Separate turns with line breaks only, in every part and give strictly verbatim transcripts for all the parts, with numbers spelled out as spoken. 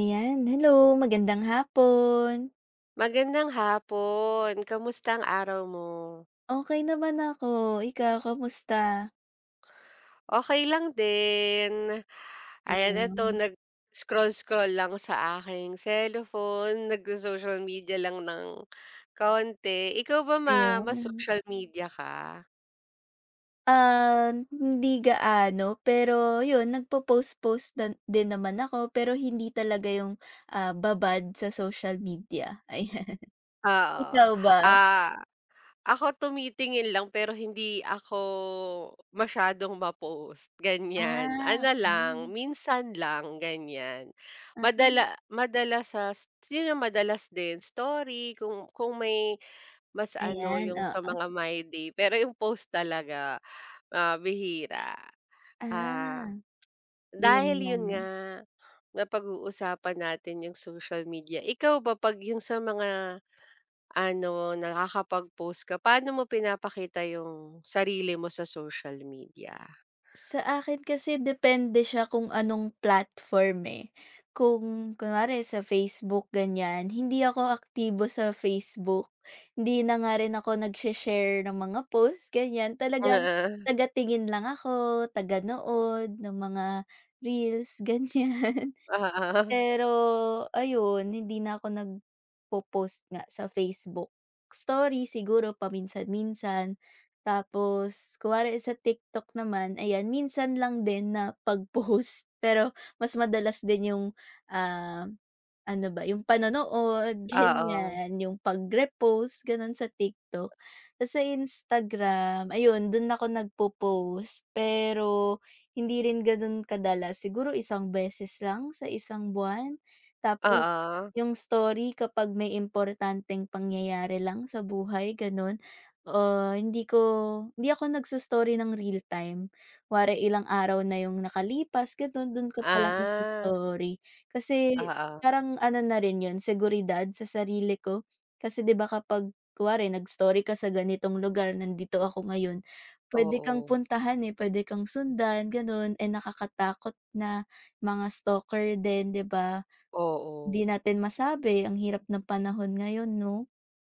Ayan, hello, magandang hapon.
Magandang hapon. Kamusta ang araw mo?
Okey naman ako, ikaw kamusta?
Okay lang din. Ayan eto
Ayun,
nag-scroll-scroll lang sa aking cellphone, nag social media lang ng kaunti. Ikaw ba ma
ayun.
ma-social media ka?
Ah, hindi gaano, pero yun nagpo-post-post dan din naman ako, pero hindi talaga yung, ah, babad sa social media, ayan.
Oo,
Ikaw ba?
ah ako tumitingin lang pero hindi ako masyadong ma-post, ganyan.
Ah,
Ano lang,
okey.
minsan lang, ganyan.
Ah,
Madala madalas sa s- yun ang madalas din, story kung kung may mas ano
ayan,
yung sa
oo.
mga my day, pero yung post talaga, ah, bihira. Ah,
Ah, yun
Dahil
nga.
yun nga, napag-uusapan natin yung social media. Ikaw ba 'pag yung sa mga ano, nakakapag-post ka, paano mo pinapakita yung sarili mo sa social media?
Sa akin kasi depende siya kung anong platform, eh. Kung kunwari sa Facebook ganyan, hindi ako aktibo sa Facebook. Hindi na nga rin ako nagshe-share ng mga posts ganyan, talagang
Oo,
taga lang ako, taganood nood ng mga reels, ganyan.
oo,
Pero ayun, hindi na ako nagpo-post nga sa Facebook story siguro paminsan-minsan. Tapos kunwari sa TikTok naman, ayan minsan lang din na pag-post pero mas madalas din yung, ah ano ba, yung panonood,
oo,
ganyan, yung pagre-post gano'n sa TikTok. Tas sa Instagram, ayun dun ako nagpo-post, pero hindi rin gano'n kadalas, siguro isang beses lang sa isang buwan. Tapos
oo,
yung story kapag may importanteng pangyayari lang sa buhay gano'n. Ah, hindi ko hindi ako nagso-story ng real time, kunwari ilang araw na yung nakalipas gano'n, dun ko palang
ah,
iso-story kasi
oo,
parang ano na rin yun seguridad sa sarili ko. Kasi 'di ba kapag kunwari nag-story ka sa ganitong lugar, nandito ako ngayon, pwede kang
oo,
puntahan, eh, pwede kang sundan gano'n, eh, nakakatakot na mga stalker din 'di ba?
oo,
'Di natin masabi ang hirap ng panahon ngayon 'no?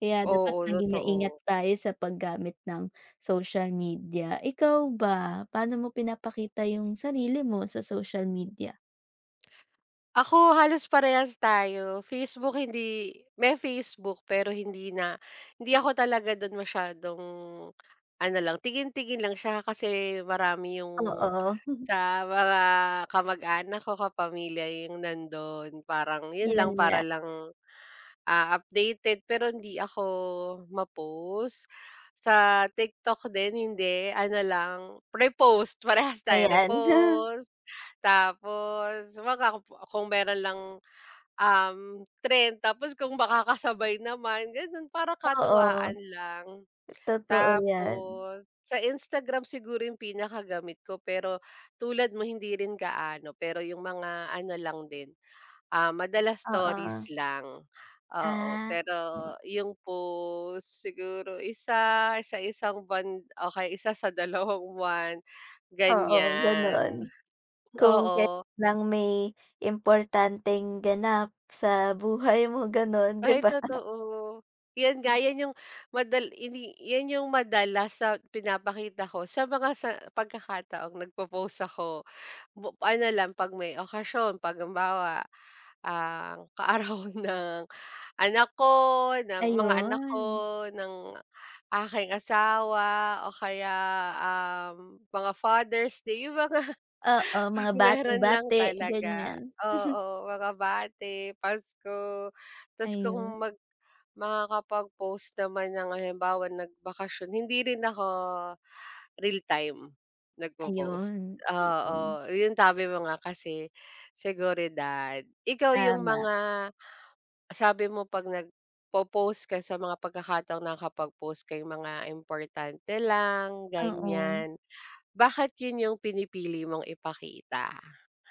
Kaya dapat
oo,
maging maingat
totoo.
tayo sa paggamit ng social media. Ikaw ba, paano mo pinapakita yung sarili mo sa social media?
Ako halos parehas tayo, Facebook hindi, may Facebook pero hindi na, hindi ako talaga dun masyadong ano lang, tingin-tingin lang siya kasi marami yung
Oo,
sa mga kamag-anak ko, kapamilya yung nandun, parang yun
yun
lang para
nga,
lang, ah, updated pero hindi ako ma-post. Sa TikTok din hindi, ano lang repost, parehas tayo
ayan.
repost, tapos baka kung kung meron lang, um, trend tapos kung makakasabay naman ganun para
Oo,
katuwaan lang.
totoo 'yan.
Tapos sa Instagram siguro yung pinakagamit ko pero tulad mo hindi rin gaano, pero yung mga ano lang din, ah, madalas
Oo,
stories lang. Oo,
ah.
pero yung post siguro isa sa isang buwan o isa sa dalawang buwan,
Oo, ganon,
ganyan.
kung kailan
Oo,
lang may importanteng ganap sa buhay mo, gano'n, 'di
ay
ba?
totoo. 'Yan nga, 'yan yung madal ini 'yan yung madalas sa pinapakita ko sa mga sa pagkakataong nagpo-post ako. Bu ano lang 'pag may okasyon, 'pag halimbawa, ang kaarawan ng anak ko, ng mga anak ko,
Ayun.
ng aking asawa o kaya, um, mga Father's Day, yung mga
Oo,
'pag
mga
meron lang
bati-bati,
talaga.
ganyan.
Oo, mga bati, pasko. Tapos kung
Ayun,
mag makakapag-post naman ng halimbawa nagbakasyon, hindi rin ako real time nagpo-post.
ayun. Mm.
Oo, yun sabi mo nga kasi seguridad. Ikaw yung
Tama,
mga sabi mo 'pag nagpo-post ka sa mga pagkakataong nakakapag-post ka yung mga importante lang,
oo.
ganyan. Bakit yun yung pinipili mong ipakita?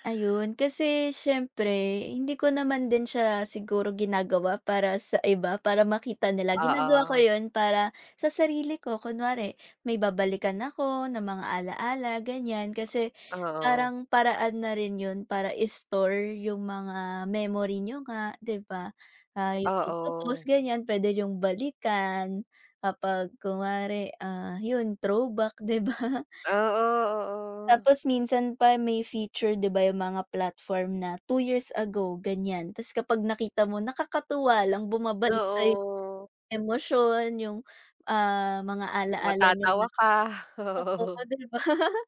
Ayun, kasi siyempre hindi ko naman din siya siguro ginagawa para sa iba, para makita nila. Ginagawa ko
Oo,
'yun para sa sarili ko. Kunwari may babalikan ako ng mga ala-ala, ganyan. Kasi
oo,
parang paraan na rin 'yun para i-store yung mga memory nyo nga, 'di ba? Ah, yung
oo.
pagpo-post ganyan, puwede niyong balikan kapag kunwari, ah, 'yun throwback, 'di ba?
Oo, oo,
Tapos minsan pa may feature 'di ba yung mga platform na two years ago ganyan, ta's kapag nakita mo nakakatuwa lang bumabalik sa yung
oo.
emosyon, yung, ah, mga ala-ala niyo
Matatawa
na
ka, oo.
oo, 'di ba?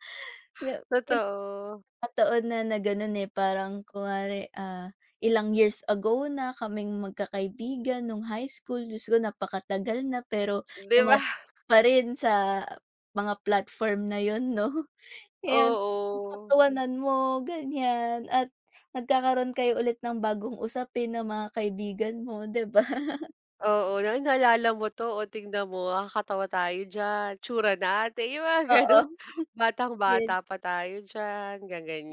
Nga may
Totoo,
mga taon na na gano'n, eh, parang kunwari, ah, ilang years ago na kaming magkakaibigan nung high school, Diyos ko napakatagal na pero
'di ba?
dumadating pa rin sa mga platform na yun 'no? Ayan,
Oo.
pagtatawanan mo ganyan at nagkakaroon kayo ulit ng bagong usapin ng mga kaibigan mo, 'di ba?
Oo, na, "Ay, naalala mo 'to, o tingnan mo nakakatawa tayo diyan, tsura natin." Yung mga
Oo,
gano'n. Batang-bata
yun
pa tayo diyan,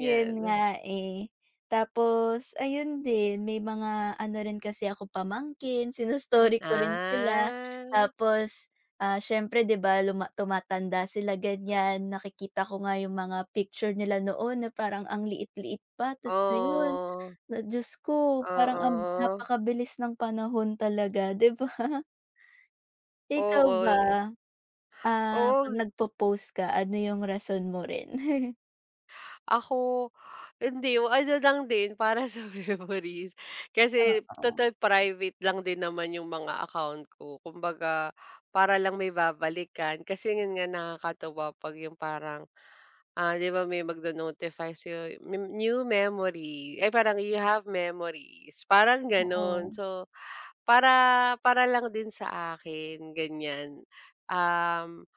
yun nga, eh. Tapos ayun din, may mga ano rin kasi ako pamangkin, sino-story ko rin sila.
Ah,
Tapos, ah, siyempre 'di ba luma tumatanda sila ganyan, nakikita ko nga yung mga picture nila noon na parang ang liit-liit pa, ta's ngayon
oo,
na Diyos ko, parang ang
oo.
napakabilis ng panahon talaga, 'di ba? Ikaw
Oo,
ba, ah,
oo,
'pag nagpo-post ka, ano yung rason mo rin?
ako hindi, yung ano lang din para sa memories. Kasi
Oo,
total private lang din naman yung mga account ko. Kumbaga para lang may babalikan kasi yun nga nakakatuwa 'pag yung parang, ah, 'di ba may magdo notify sa'yo, mem new memory, ay parang you have memories, parang gano'n.
oo.
So, para para lang din sa akin, ganyan. Um,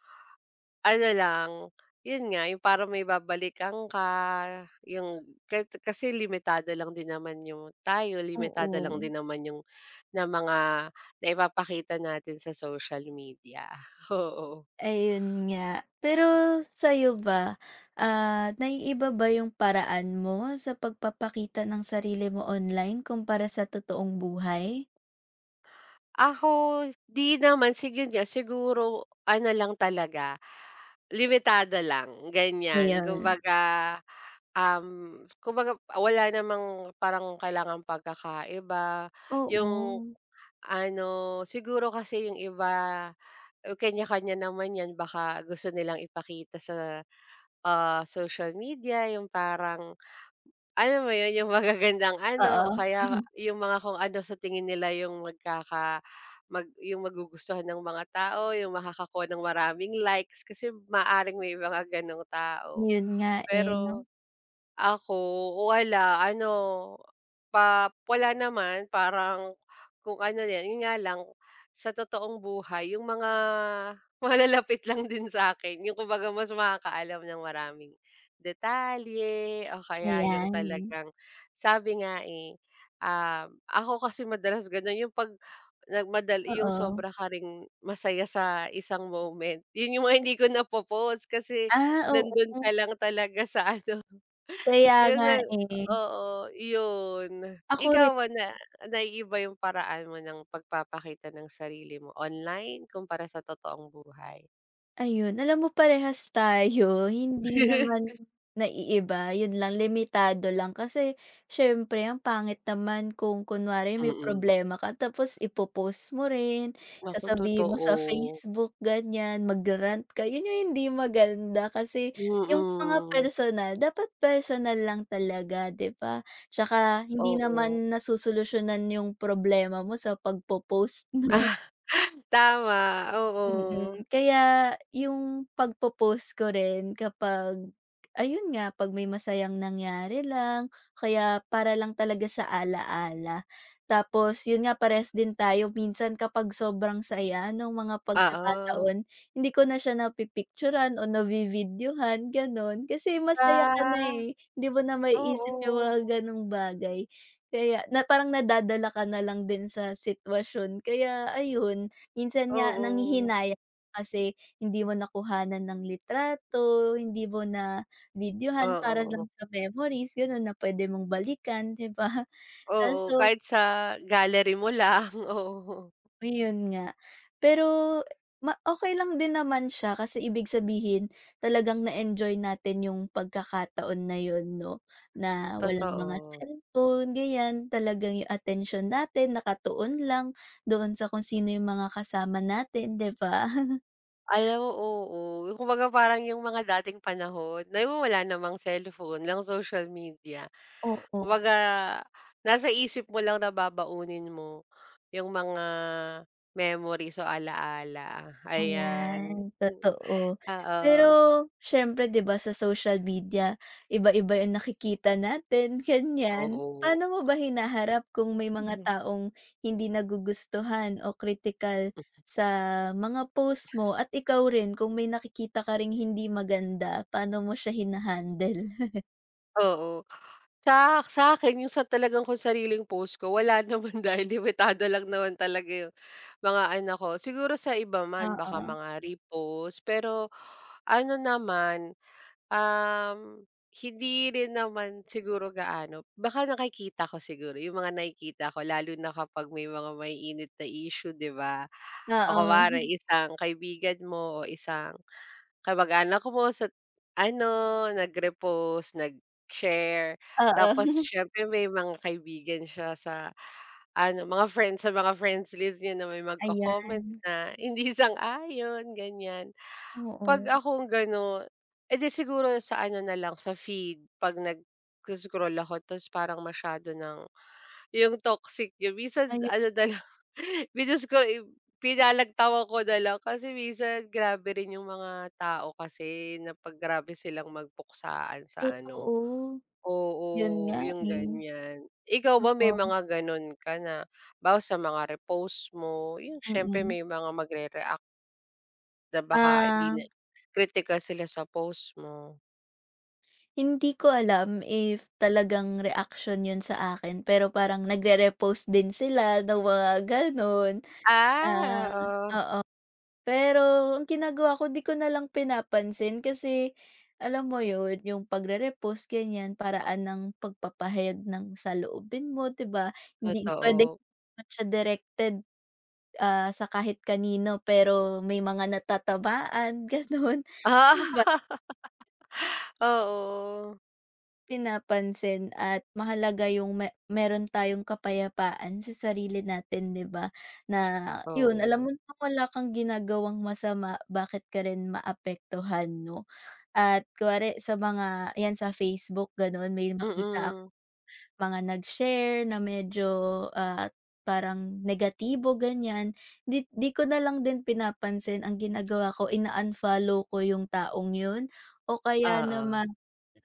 Ano lang, 'yun nga, yung parang may babalikan ka, yung ka kasi limitado lang din naman yung tayo, limitado
Oo,
lang din naman yung na mga naipapakita natin sa social media, oo.
ayun nga. Pero sa'yo ba, ah, naiiba ba yung paraan mo sa pagpapakita ng sarili mo online kumpara sa totoong buhay?
Ako, 'di naman sig yun nga siguro ano lang talaga, limitado lang ganyan.
Ngayon,
Kumbaga, um, kumbaga wala namang parang kailangan pagkakaiba, yung
oo.
ano, siguro kasi yung iba, eh, kanya-kanya naman yan baka gusto nilang ipakita sa, ah, social media yung parang alam mo yun, yung magagandang ano
Oo,
o kaya
Mhm.
yung mga kung ano sa tingin nila yung magkaka mag yung magugustuhan ng mga tao, yung makakakuha ng maraming likes kasi maaring may mga ganong tao.
Yun nga, eh, 'no?
Pero ako, wala ano, pa wala naman parang kung ano yan, yun nga lang sa totoong buhay yung mga malalapit lang din sa akin yung kumbaga mas makakaalam ng maraming detalye o kaya yung
Ayan,
talagang sabi nga, eh, um, ako kasi madalas gano'n yung 'pag nag yung
oo.
sobra ka ring masaya sa isang moment, yun yung mga hindi ko napo-post kasi
Ah, oo.
nandun ka lang talaga sa ano
Kaya
yung
nga,
na
eh.
oo, yun.
Ako
Ikaw ba na naiiba yung paraan mo ng pagpapakita ng sarili mo online kumpara sa totoong buhay?
ayun, alam mo parehas tayo, hindi naman naiiba, yun lang limitado lang kasi siyempre ang pangit naman kung kunwari may
Mm.
problema ka tapos ipo-post mo rin,
Naku,
sasabihin mo
totoo.
sa Facebook ganyan, mag-rant ka, yun yung hindi maganda kasi yung mga
Mm.
personal dapat personal lang talaga 'di ba? Tsaka hindi
Oo.
naman nasusolusyunan yung problema mo sa pagpo-post 'no?
Tama, oo.
Mm, kaya yung pagpo-post ko rin kapag ayun nga, 'pag may masayang nangyari lang kaya para lang talaga sa ala-ala. Tapos yun nga, parehas din tayo minsan kapag sobrang saya nung mga
Oo.
pagkakataon, hindi ko na siya napi picture o navi-videohan, gano'n. Kasi masaya ka na,
Ah,
eh, hindi mo na maiisip yung
oo,
mga gano'ng bagay. Kaya na parang nadadala ka na lang din sa sitwasyon, kaya ayun. Minsan nga
oo,
nanghihinayang kasi hindi mo nakuhanan ng litrato, hindi mo na-videohan para
oo,
lang sa memories gano'n na puwede mong balikan, 'di ba?
oo,
Kaso
kahit sa gallery mo lang, oo,
ayun nga. Pero ma okey lang din naman siya kasi ibig sabihin talagang na-enjoy natin yung pagkakataon na yun 'no, na walang mga
totoo.
cellphone ganyan, talagang yung atensyon natin nakatuon lang doon sa kung sino yung mga kasama natin, 'di ba?
Alam mo, oo. Kumbaga parang yung mga dating panahon na yung wala namang cellphone, lang social media.
Oo.
Kumbaga nasa isip mo lang, nababaunin mo yung mga memories o alaala, ayan.
Ayan,
Mm,
totoo. Pero
oo,
siyempre 'di ba sa social media iba-iba yung nakikita natin, ganyan.
oo.
Paano mo ba hinaharap kung may mga
Mhm.
taong hindi nagugustuhan o kritikal sa mga post mo at ikaw rin kung may nakikita ka ring hindi maganda, paano mo siya hina-handle?
Oo. Sa sa akin yung sa talagang kung sariling post ko wala naman dahil limitado lang naman talaga yung mga ano ko. Siguro sa iba man baka
Oo,
mga repost, pero ano naman, um, hindi rin naman siguro gaano. Baka nakikita ko siguro yung mga nakikita ko lalo na kapag may mga may init na issue, 'di ba? O
oo,
kunwari isang kaibigan mo o isang kamag-anak ko po sa ano, nag-repost, nag-share, tapos
oo,
syempre may mga kaibigan siya sa ano, mga friends sa mga friends list niya na may
ayan,
magko-comment na hindi sang-ayon, ganyan. 'Pag
oo.
akong gano'n, eh, siguro sa ano na lang, sa feed 'pag nag-scroll ako tapos parang masyado ng yung toxic yun minsan
Ay,
ano na lang pinost ko i pinalagtawan ko na lang kasi minsan grabe rin yung mga tao kasi na 'pag grabe silang magpuksaan sa ano
totoo. Yun nga,
oo, yung
eh,
ganyan. Ikaw ba may
oo,
mga gano'n ka na halimbawa sa mga repost mo, yung siyempre
mm.
may mga magre-react na baka hindi
Ah,
na kritikal sila sa post mo?
hindi ko alam if talagang reaksyon yun sa akin, pero parang nagre-repost din sila ng mga gano'n. Ah,
Ah, oo,
pero ang ginagawa ko 'di ko nalang pinapansin kasi alam mo yun, yung pagre-repost ganyan paraan ng pagpapahayag ng saloobin mo 'di ba? Hindi puwedeng
totoo.
naman siya directed, ah, sa kahit kanino pero may mga natatabaan gano'n, 'di ba?
Oo, oo.
Pinapansin at mahalaga yung me meron tayong kapayapaan sa sarili natin 'di ba, na yun alam
Oo,
mo na wala kang ginagawang masama bakit ka rin maapektuhan 'no. At kunwari sa mga yan sa Facebook gano'n may makita ako
mm.
mga nag-share na medyo, ah, parang negatibo ganyan, 'di 'di ko na lang din pinapansin ang ginagawa ko ina-unfollow ko yung taong yun o kaya
Oo.
naman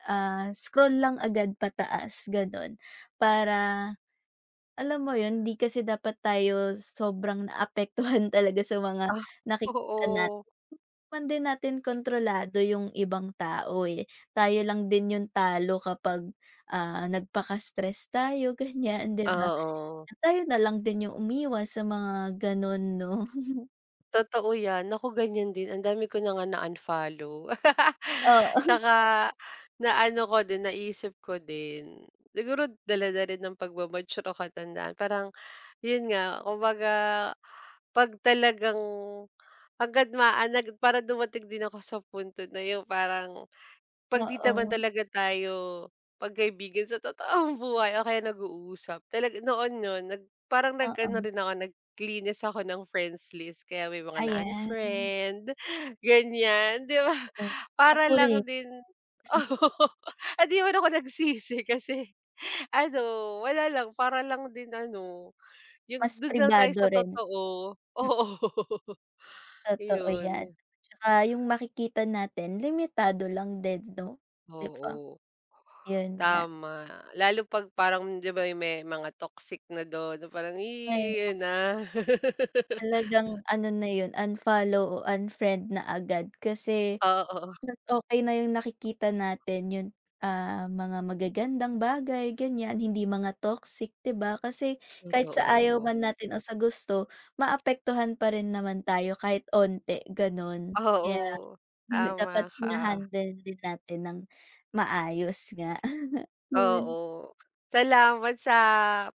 ah, scroll lang agad pataas gano'n. Para alam mo 'yun, di kasi dapat tayo sobrang naapektuhan talaga sa mga
Ah,
nakikita natin.
oo.
Man din natin kontrolado yung ibang tao, eh, tayo lang din yung talo kapag, ah, nagpaka-stress tayo ganiyan, 'di ba?
Oo,
Tayo na lang din yung umiwas sa mga gano'n 'no?
totoo 'yan. Naku ganyan din, ang dami ko na nga na-unfollow.
Oo,
Tsaka na ano ko din, naisip ko din, siguro dala na rin ng pagma-mature o katandaan parang 'yun nga, kumbaga 'pag talagang agad maa nag parang dumating din ako sa punto na 'yung parang 'pag 'di naman
oo,
talaga tayo magkaibigan sa totoong buhay o kaya nag-uusap, talaga noon no'n nag parang
oo,
nag-ano rin ako, naglinis ako ng friends list kaya may mga
ayan.
na-unfriend, ganyan, 'di ba?
Oo,
Para
ako
lang
rin,
din oo, at 'di naman ako nagsisi kasi ano, wala lang, para lang din ano, yung
mas
do'n lang tayo
pribado
sa
rin.
totoo, oo,
Totoo yan.
'yun,
Tsaka yung makikita natin limitado lang din 'no, 'di ba?
oo.
Yun nga.
Tama, lalo 'pag parang 'di ba, may mga toxic na dun na parang,
Ay,
"Ih, yun na."
talagang ano na yun, unfollow o unfriend na agad kasi
Oo,
mas okey na yung nakikita natin yung, ah, mga magagandang bagay ganyan, hindi mga toxic 'di ba? Kasi kahit sa ayaw
totoo.
man natin o sa gusto, maapektuhan pa rin naman tayo kahit onte ganun. Kaya
Oo, tama
dapat
ka,
hina-handle din natin ng maayos nga. Yun.
oo. Salamat sa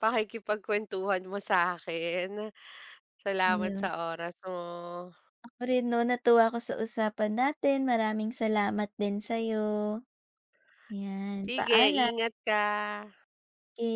pakikipagkwentuhan mo sa sa'kin. Salamat
Ayun,
sa oras mo.
ako rin 'no, natuwa ako sa usapan natin. Maraming salamat din sa'yo. 'Yan,
Sige,
paalam.
ingat ka.
Ke